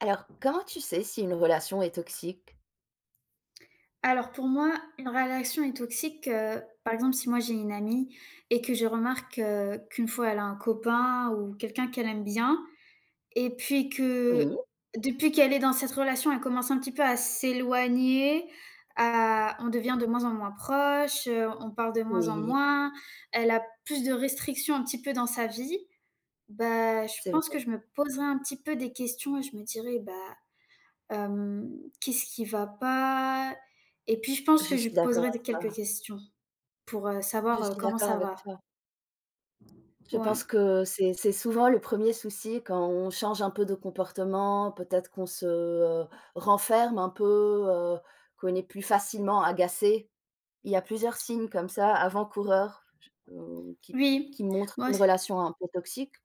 Alors, comment tu sais si une relation est toxique? Alors pour moi, une relation est toxique, par exemple, si moi j'ai une amie et que je remarque, qu'une fois elle a un copain ou quelqu'un qu'elle aime bien et puis Oui, que depuis qu'elle est dans cette relation, elle commence un petit peu à s'éloigner, à on devient de moins en moins proche, on parle de moins en oui, moins, elle a plus de restrictions un petit peu dans sa vie, bah, je c'est pense vrai. que je me poserais un petit peu des questions et je me dirais: «Bah, Hem, qu'est-ce qui va pas?» Et puis je pense Je que je lui suis d'accord poserai des avec quelques toi. questions pour, Je savoir, suis comment d'accord ça avec va. toi. Je Ouais. pense que c'est souvent le premier souci quand on change un peu de comportement, peut-être qu'on se, renferme un peu, heu, qu'on est plus facilement agacé. Il y a plusieurs signes comme ça, avant-coureurs, j Oui, qui montrent moi une c relation un peu toxique.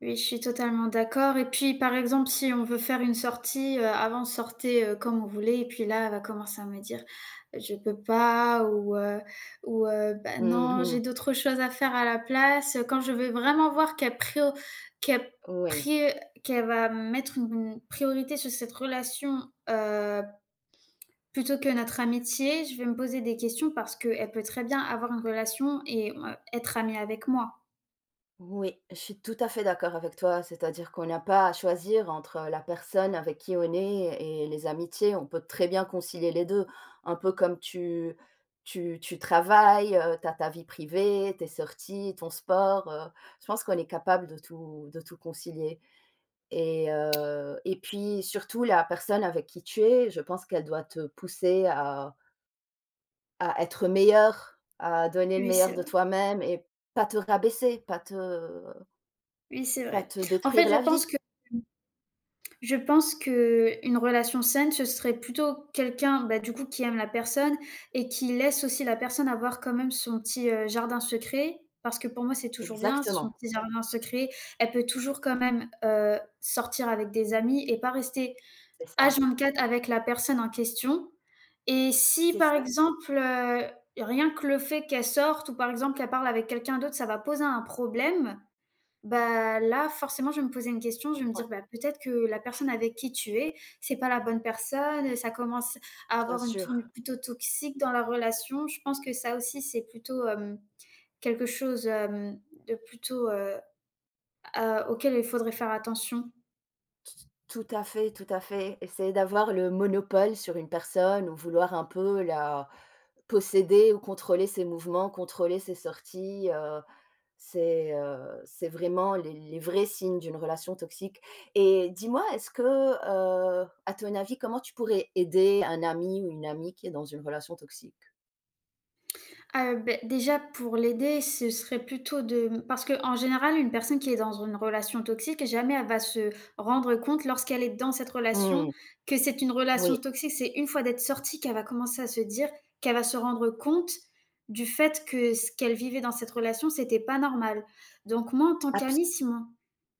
oui, je suis totalement d'accord et puis, par exemple, si on veut faire une sortie, avant, on sortait, comme on voulait et puis là, elle va commencer à me dire: «Je peux pas» ou: «Bah, non, Mmh. j'ai d'autres choses à faire à la place», quand je vais vraiment voir qu'elle Oui. prie qu'elle va mettre une priorité sur cette relation. Plutôt que notre amitié, je vais me poser des questions parce qu'elle peut très bien avoir une relation et être amie avec moi. Oui, je suis tout à fait d'accord avec toi, c'est-à-dire qu'on n'a pas à choisir entre la personne avec qui on est et les amitiés, on peut très bien concilier les 2, un peu comme tu tu travailles, tu as ta vie privée, tes sorties, ton sport, je pense qu'on est capable de tout concilier et puis surtout la personne avec qui tu es, je pense qu'elle doit te pousser à être meilleur, à donner le Oui, meilleur c'est de vrai, toi-même et pas te rabaisser, oui, c'est pas vrai. te En détruire fait, je la pense vie. que je pense qu'une relation saine, ce serait plutôt quelqu'un, bah, du coup, qui aime la personne et qui laisse aussi la personne avoir quand même son petit, jardin secret. Parce que pour moi, c'est toujours bien, son Exactement, petit jardin secret. Elle peut toujours quand même, sortir avec des amis et pas rester c'est ça, H24 avec la personne en question et si, c'est par ça, exemple, rien que le fait qu'elle sorte ou par exemple qu'elle parle avec quelqu'un d'autre, ça va poser un problème, bah, là, forcément, je vais me poser une question. Je vais me ouais, dire: «Bah, peut-être que la personne avec qui tu es, c'est pas la bonne personne, ça commence à bien avoir une tournure sûr. plutôt toxique dans la relation». Je pense que ça aussi, c'est plutôt, quelque chose, de plutôt, à auquel il faudrait faire attention. Tout à fait, tout à fait. Essayer d'avoir le monopole sur une personne ou vouloir un peu la posséder ou contrôler ses mouvements, contrôler ses sorties, c'est vraiment les vrais signes d'une relation toxique et dis-moi, est-ce que, à ton avis, comment tu pourrais aider un ami ou une amie qui est dans une relation toxique? Ah, déjà pour l'aider, ce serait plutôt parce qu'en général, une personne qui est dans une relation toxique, jamais elle va se rendre compte lorsqu'elle est dans cette relation Mmh, que c'est une relation oui, toxique. C'est une fois d'être sortie qu'elle va commencer à se dire qu'elle va se rendre compte du fait que ce qu'elle vivait dans cette relation, c'était pas normal. Donc moi, en tant abso qu'amie, si mon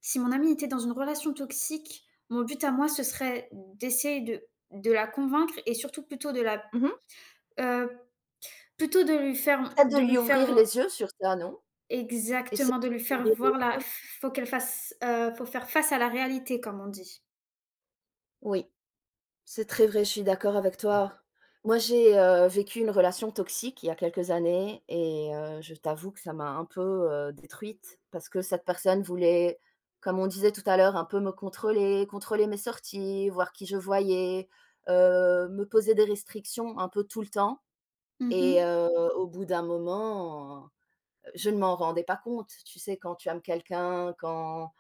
si mon amie était dans une relation toxique, mon but à moi, ce serait d'essayer de la convaincre et surtout plutôt de la, mmh. heu, plutôt Peut-être de de lui lui ouvrir faire les yeux sur ça, non? Et c'est Exactement, de lui faire ouvrir les voir la yeux. Faut faire face à la réalité comme on dit. Oui, c'est très vrai, je suis d'accord avec toi. Moi, j'ai, vécu une relation toxique il y a quelques années et je t'avoue que ça m'a un peu, détruite parce que cette personne voulait, comme on disait tout à l'heure, un peu me contrôler, contrôler mes sorties, voir qui je voyais, me poser des restrictions un peu tout le temps Mmh mh. et au bout d'un moment, je ne m'en rendais pas compte. Tu sais, quand tu aimes quelqu'un, quand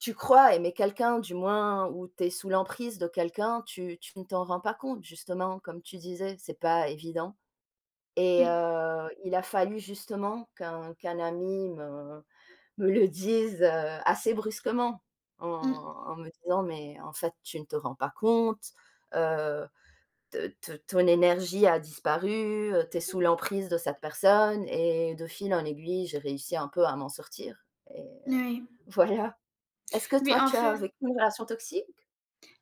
tu crois aimer quelqu'un, du moins, ou tu es sous l'emprise de quelqu'un, tu ne t'en rends pas compte justement, comme tu disais, c'est pas évident et Mmh, il a fallu justement qu'un ami me le dise, assez brusquement mmh, en me disant: «Mais en fait, tu ne te rends pas compte, heu, te te ton énergie a disparu, tu es sous l'emprise de cette personne» et de fil en aiguille, j'ai réussi un peu à m'en sortir et oui. voilà. Est-ce que Oui, toi, en tu as fait. vécu une relation toxique?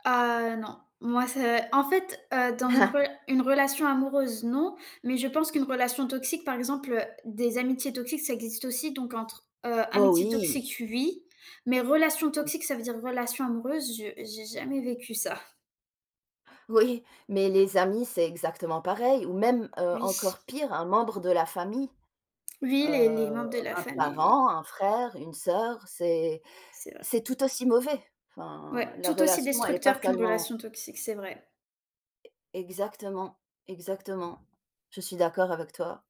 Ah non, moi c'est en fait, dans une relation amoureuse, non, mais je pense qu'une relation toxique, par exemple, des amitiés toxiques, ça existe aussi, donc entre, Oh amitié oui, toxique, oui, mais relation oui, toxique, ça veut dire relation amoureuse, je j'ai jamais vécu ça. oui, mais les amis, c'est exactement pareil ou même, Oui, encore pire, un membre de la famille, heu, oui, les membres de la un famille, oui, parent, un frère, une sœur, c'est vrai. c'est tout aussi mauvais. Enfin, Ouais, la tout aussi relation, elle n'est pas destructeur qu'une seulement relation toxique, c'est vrai. exactement, exactement. Je suis d'accord avec toi.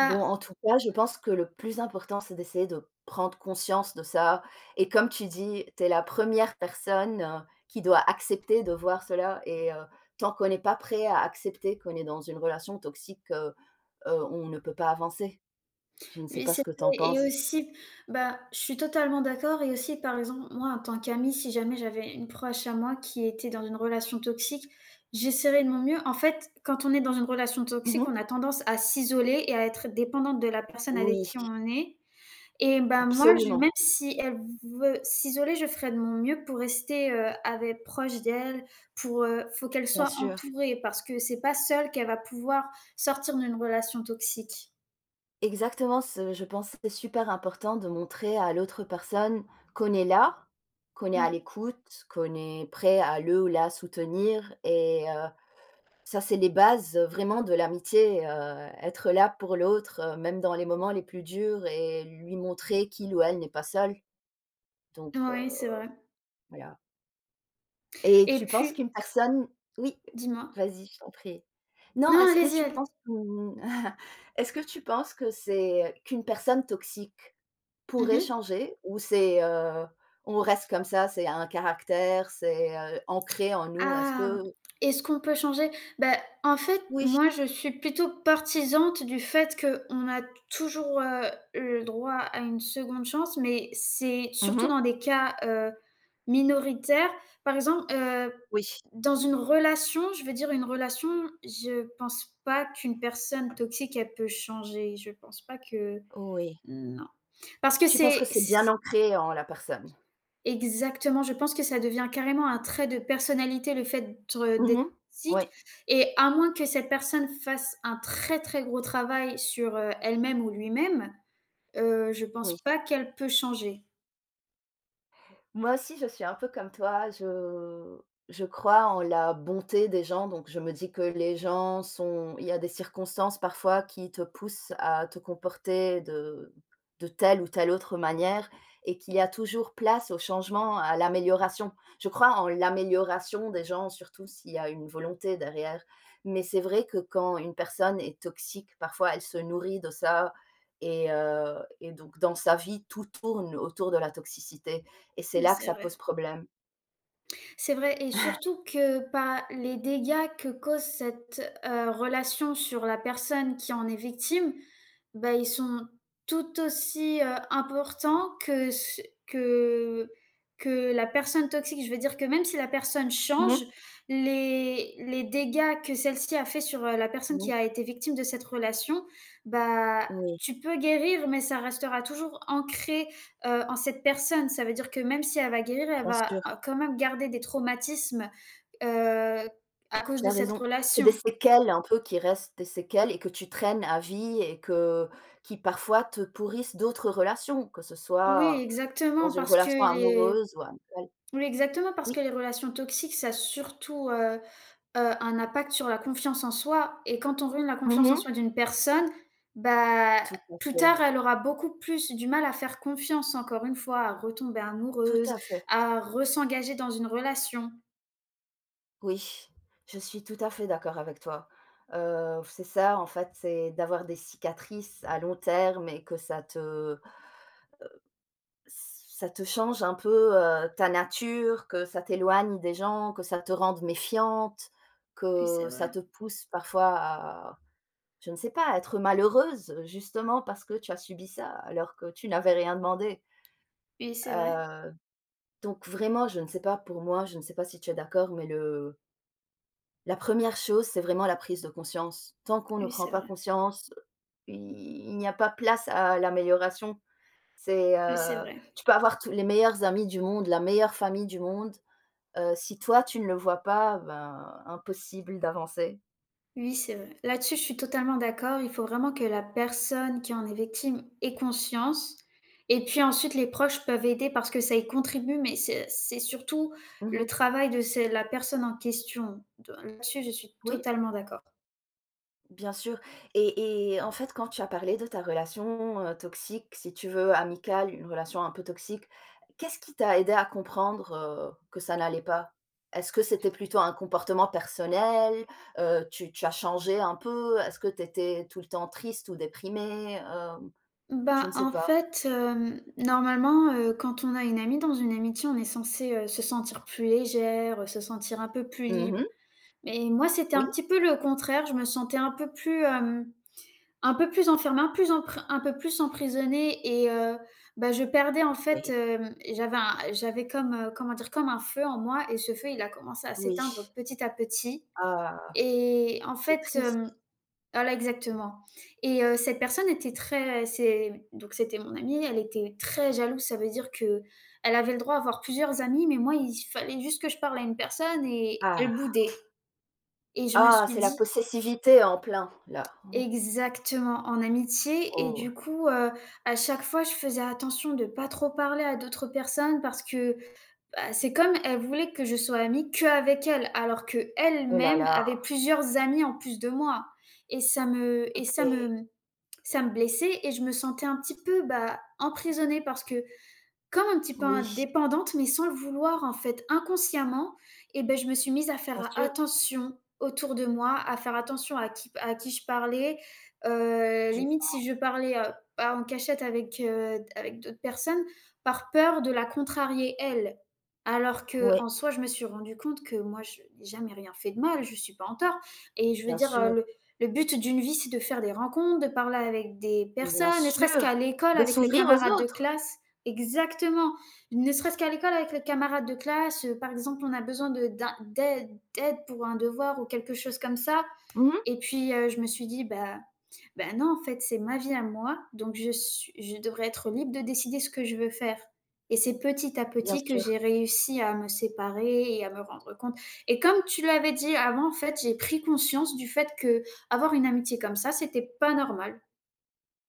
Bon, en tout cas, je pense que le plus important, c'est d'essayer de prendre conscience de ça et comme tu dis, tu es la première personne, qui doit accepter de voir cela et tant qu'on n'est pas prêt à accepter qu'on est dans une relation toxique, on ne peut pas avancer. Je ne sais oui, pas c'est ce que tu en vrai et penses? aussi, bah, je suis totalement d'accord et aussi, par exemple, moi, en tant qu'amie, si jamais j'avais une proche à moi qui était dans une relation toxique, j'essaierais de mon mieux. En fait, quand on est dans une relation toxique, Mmh. on a tendance à s'isoler et à être dépendante de la personne avec Oui, qui on est et ben moi, je absolument, même si elle veut s'isoler, je ferais de mon mieux pour rester, avec proche d'elle, faut qu'elle bien soit sûr. entourée parce que c'est pas seule qu'elle va pouvoir sortir d'une relation toxique. Exactement, ce je pense que c'est super important de montrer à l'autre personne qu'on est là, qu'on est à Mmh, l'écoute, qu'on est prêt à le ou la soutenir et ça, c'est les bases, vraiment de l'amitié, être là pour l'autre, même dans les moments les plus durs et lui montrer qu'il ou elle n'est pas seul, donc oui, c'est vrai. voilà et Et tu penses puis qu'une personne oui, dis-moi? vas-y, je t'en prie. Non, Non, est-ce que allez-y, tu allez. penses qu'on est-ce que tu penses que c'est qu'une personne toxique Mmh pourrait mh. changer ou c'est, on reste comme ça, c'est un caractère, c'est, ancré en nous? Est-ce Ah, que est-ce qu'on peut changer? Bah, en fait, oui. moi, je suis plutôt partisante du fait qu'on a toujours, le droit à une seconde chance, mais c'est surtout Mmh. dans des cas, minoritaires. Par exemple, Oui. dans une relation, je veux dire une relation, je pense pas qu'une personne toxique, elle peut changer. Je pense pas que Oui. non. Parce que Tu penses que c'est c'est bien c ancré en la personne? Exactement, je pense que ça devient carrément un trait de personnalité, le fait d'être Mmh. toxique Oui, et à moins que cette personne fasse un très, très gros travail sur, elle-même ou lui-même, je oui. pense pas qu'elle peut changer. Moi aussi, je suis un peu comme toi. Je crois en la bonté des gens. Donc, je me dis que les gens sont. Il y a des circonstances parfois qui te poussent à te comporter de telle ou telle autre manière et qu'il y a toujours place au changement, à l'amélioration. Je crois en l'amélioration des gens, surtout s'il y a une volonté derrière. Mais c'est vrai que quand une personne est toxique, parfois elle se nourrit de ça. Et, donc, dans sa vie, tout tourne autour de la toxicité et c'est Oui, là que c'est ça vrai. pose problème. C'est vrai et surtout que pas les dégâts que cause cette, relation sur la personne qui en est victime, bah, ils sont tout aussi, importants que ce que que la personne toxique. Je veux dire que même si la personne Mmh mh. change, les dégâts que celle-ci a fait sur, la personne Oui, qui a été victime de cette relation, bah, oui, tu peux guérir mais ça restera toujours ancré en cette personne. Ça veut dire que même si elle va guérir, elle bien va, sûr. euh, quand même garder des traumatismes, heu, à cause Tu de as cette raison. C'est des relation. séquelles un peu qui restent des séquelles et que tu traînes à vie et que qui parfois te pourrissent d'autres relations, que ce Oui, soit dans exactement, une parce que relation les amoureuse ou amicale. oui, exactement, parce Oui. que les relations toxiques, ça a surtout, un impact sur la confiance en soi et quand on ruine la Mmh confiance en mh. soi d'une personne, bah, Tout à plus fait, tard, elle aura beaucoup plus du mal à faire confiance, encore une fois, à retomber tout amoureuse, à fait. à re-s'engager dans une relation. Oui, je suis tout à fait d'accord avec toi. C'est ça en fait, c'est d'avoir des cicatrices à long terme et que ça te ça te change un peu, ta nature, que ça t'éloigne des gens, que ça te rende méfiante, Oui, que c'est ça vrai. te pousse parfois à, je ne sais pas, à être malheureuse, justement parce que tu as subi ça, alors que tu n'avais rien demandé. Oui, c'est vrai. Heu, donc vraiment, je ne sais pas, pour moi, je ne sais pas si tu es d'accord, mais le la première chose, c'est vraiment la prise de conscience. Tant qu'on ne Oui, prend c'est pas vrai. conscience, i il n'y a pas place à l'amélioration. C'est, Oui, c'est vrai. tu peux avoir tous les meilleurs amis du monde, la meilleure famille du monde, si toi tu ne le vois pas, ben, impossible d'avancer. Oui, c'est vrai. Là-dessus, je suis totalement d'accord. Il faut vraiment que la personne qui en est victime ait conscience. Et puis ensuite, les proches peuvent aider parce que ça y contribue, mais c'est surtout le Mmh. travail de la personne en question. Là-dessus, je suis Oui, totalement d'accord. bien sûr et en fait, quand tu as parlé de ta relation, toxique, si tu veux, amicale, une relation un peu toxique, qu'est-ce qui t'a aidé à comprendre, que ça n'allait pas? Est-ce que c'était plutôt un comportement personnel? Tu as changé un peu? Est-ce que tu étais tout le temps triste ou déprimée? Je ne Bah, sais en pas. fait, normalement, quand on a une amie dans une amitié, on est censé se sentir plus légère, se sentir un peu plus libre. Mmh. Mais moi, c'était un Oui. petit peu le contraire. Je me sentais un peu plus un peu plus enfermée, un peu plus emprisonnée et bah, je perdais en fait, Oui. J'avais comme, comment dire? Comme un feu en moi et ce feu, il a commencé à Oui. s'éteindre petit à petit Ah, et en c'est fait, triste. hem voilà exactement et cette personne était très c'est donc c'était mon amie, elle était très jalouse. Ça veut dire que elle avait le droit d'avoir plusieurs amis mais moi, il fallait juste que je parle à une personne et elle Ah. boudait et je me Ah, c'est suis la dit possessivité en plein, là. Exactement, en amitié et Oh, du coup, à chaque fois, je faisais attention de pas trop parler à d'autres personnes parce que, bah, c'est comme elle voulait que je sois amie que avec elle, alors que elle oh là même là. avait plusieurs amis en plus de moi et ça me et ça OK. me ça me blessait et je me sentais un petit peu, bah, emprisonnée parce que comme un petit peu Oui, indépendante, mais sans le vouloir en fait, inconsciemment et ben je me suis mise à bien faire sûr, attention autour de moi, à faire attention à qui je parlais. Heu, je limite si je parlais, bah, en cachette avec, d'autres personnes, par peur de la contrarier elle. Alors vois. que Ouais, en soi, je me suis rendue compte que moi, je n'ai jamais rien fait de mal, je suis pas en tort et je veux bien dire, heu, sûr, le le but d'une vie, c'est de faire des rencontres, de parler avec des bien personnes, ne serait-ce sûr, qu'à l'école de avec les s'ouvrir camarades aux de autres. classe. Exactement. Ne serait-ce qu'à l'école avec les camarades de classe, par exemple, on a besoin de d'un d'aide d'aide pour un devoir ou quelque chose comme ça Mmh, et puis, je me suis dit: «Bah non, en fait, c'est ma vie à moi, donc je devrais être libre de décider ce que je veux faire» et c'est petit à bien petit que sûr. j'ai réussi à me séparer et à me rendre compte et comme tu l'avais dit avant, en fait, j'ai pris conscience du fait que avoir une amitié comme ça, c'était pas normal.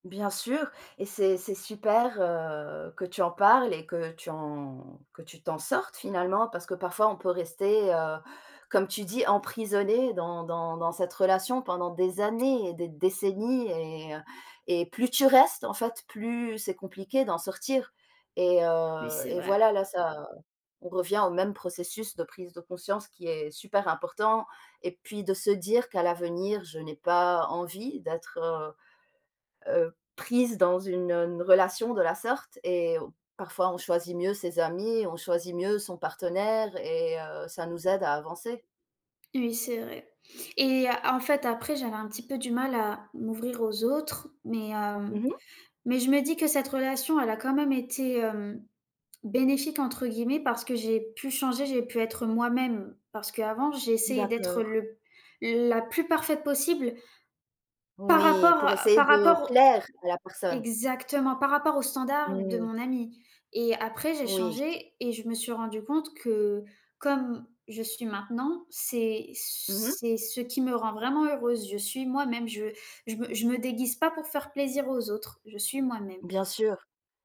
Bien sûr et c'est super, que tu en parles et que tu en que tu t'en sortes finalement parce que parfois on peut rester, comme tu dis, emprisonné dans dans cette relation pendant des années et des décennies et plus tu restes en fait, plus c'est compliqué d'en sortir Mais c'est et vrai. voilà, là, ça on revient au même processus de prise de conscience qui est super important et puis de se dire qu'à l'avenir, je n'ai pas envie d'être, prise dans une relation de la sorte et parfois on choisit mieux ses amis, on choisit mieux son partenaire et ça nous aide à avancer. Oui, c'est vrai et en fait, après, j'avais un petit peu du mal à m'ouvrir aux autres, mais Mmh. Je me dis que cette relation, elle a quand même été, «bénéfique» entre guillemets parce que j'ai pu changer, j'ai pu être moi-même. Parce qu'avant, j'ai essayé D'accord. d'être le la plus parfaite possible par Oui, rapport pour à essayer par de rapport plaire à la personne. Exactement, par rapport aux standards de Mmh. mon ami. Et après j'ai Oui, changé et je me suis rendue compte que comme je suis maintenant, c'est mmh, c'est ce qui me rend vraiment heureuse. Je suis moi-même, je me déguise pas pour faire plaisir aux autres, je suis moi-même. bien sûr.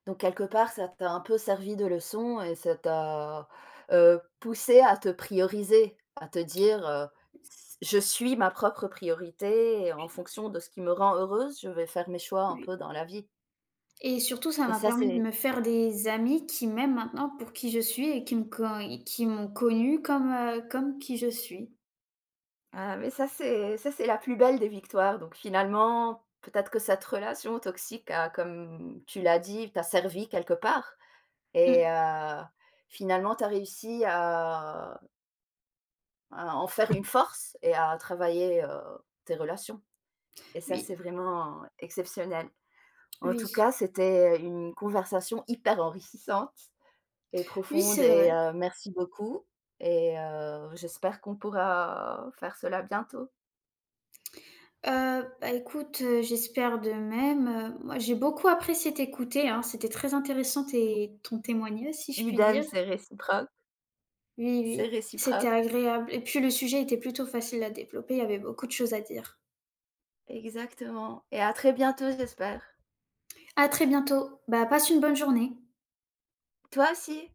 Donc quelque part, ça t'a un peu servi de leçon et ça t'a, poussé à te prioriser, à te dire, «S Je suis ma propre priorité et en fonction de ce qui me rend heureuse, je vais faire mes choix un Oui peu dans la vie». et surtout ça Et m'a ça, permis de c'est me faire des amis qui m'aiment maintenant pour qui je suis et qui m'ont connue comme, qui je suis. ah, mais ça, c'est la plus belle des victoires. Donc finalement, peut-être que cette relation toxique a, comme tu l'as dit, t'a servi quelque part Mmh, et finalement, tu as réussi à en faire une force et à travailler, tes relations et ça, c'est oui, vraiment exceptionnel. En tout oui. cas, c'était une conversation hyper enrichissante et Oui, profonde c'est et vrai. Merci beaucoup et j'espère qu'on pourra faire cela bientôt. Bah, écoute, j'espère de même. Moi, j'ai beaucoup apprécié t'écouter, hein, c'était très intéressant tes ton témoignage, si je puis Idem, dire. c'est réciproque, Oui, c'est oui, c'était réciproque. agréable et puis le sujet était plutôt facile à développer, il y avait beaucoup de choses à dire. Exactement et à très bientôt, j'espère. À très bientôt. Bah, passe une bonne journée. Toi aussi.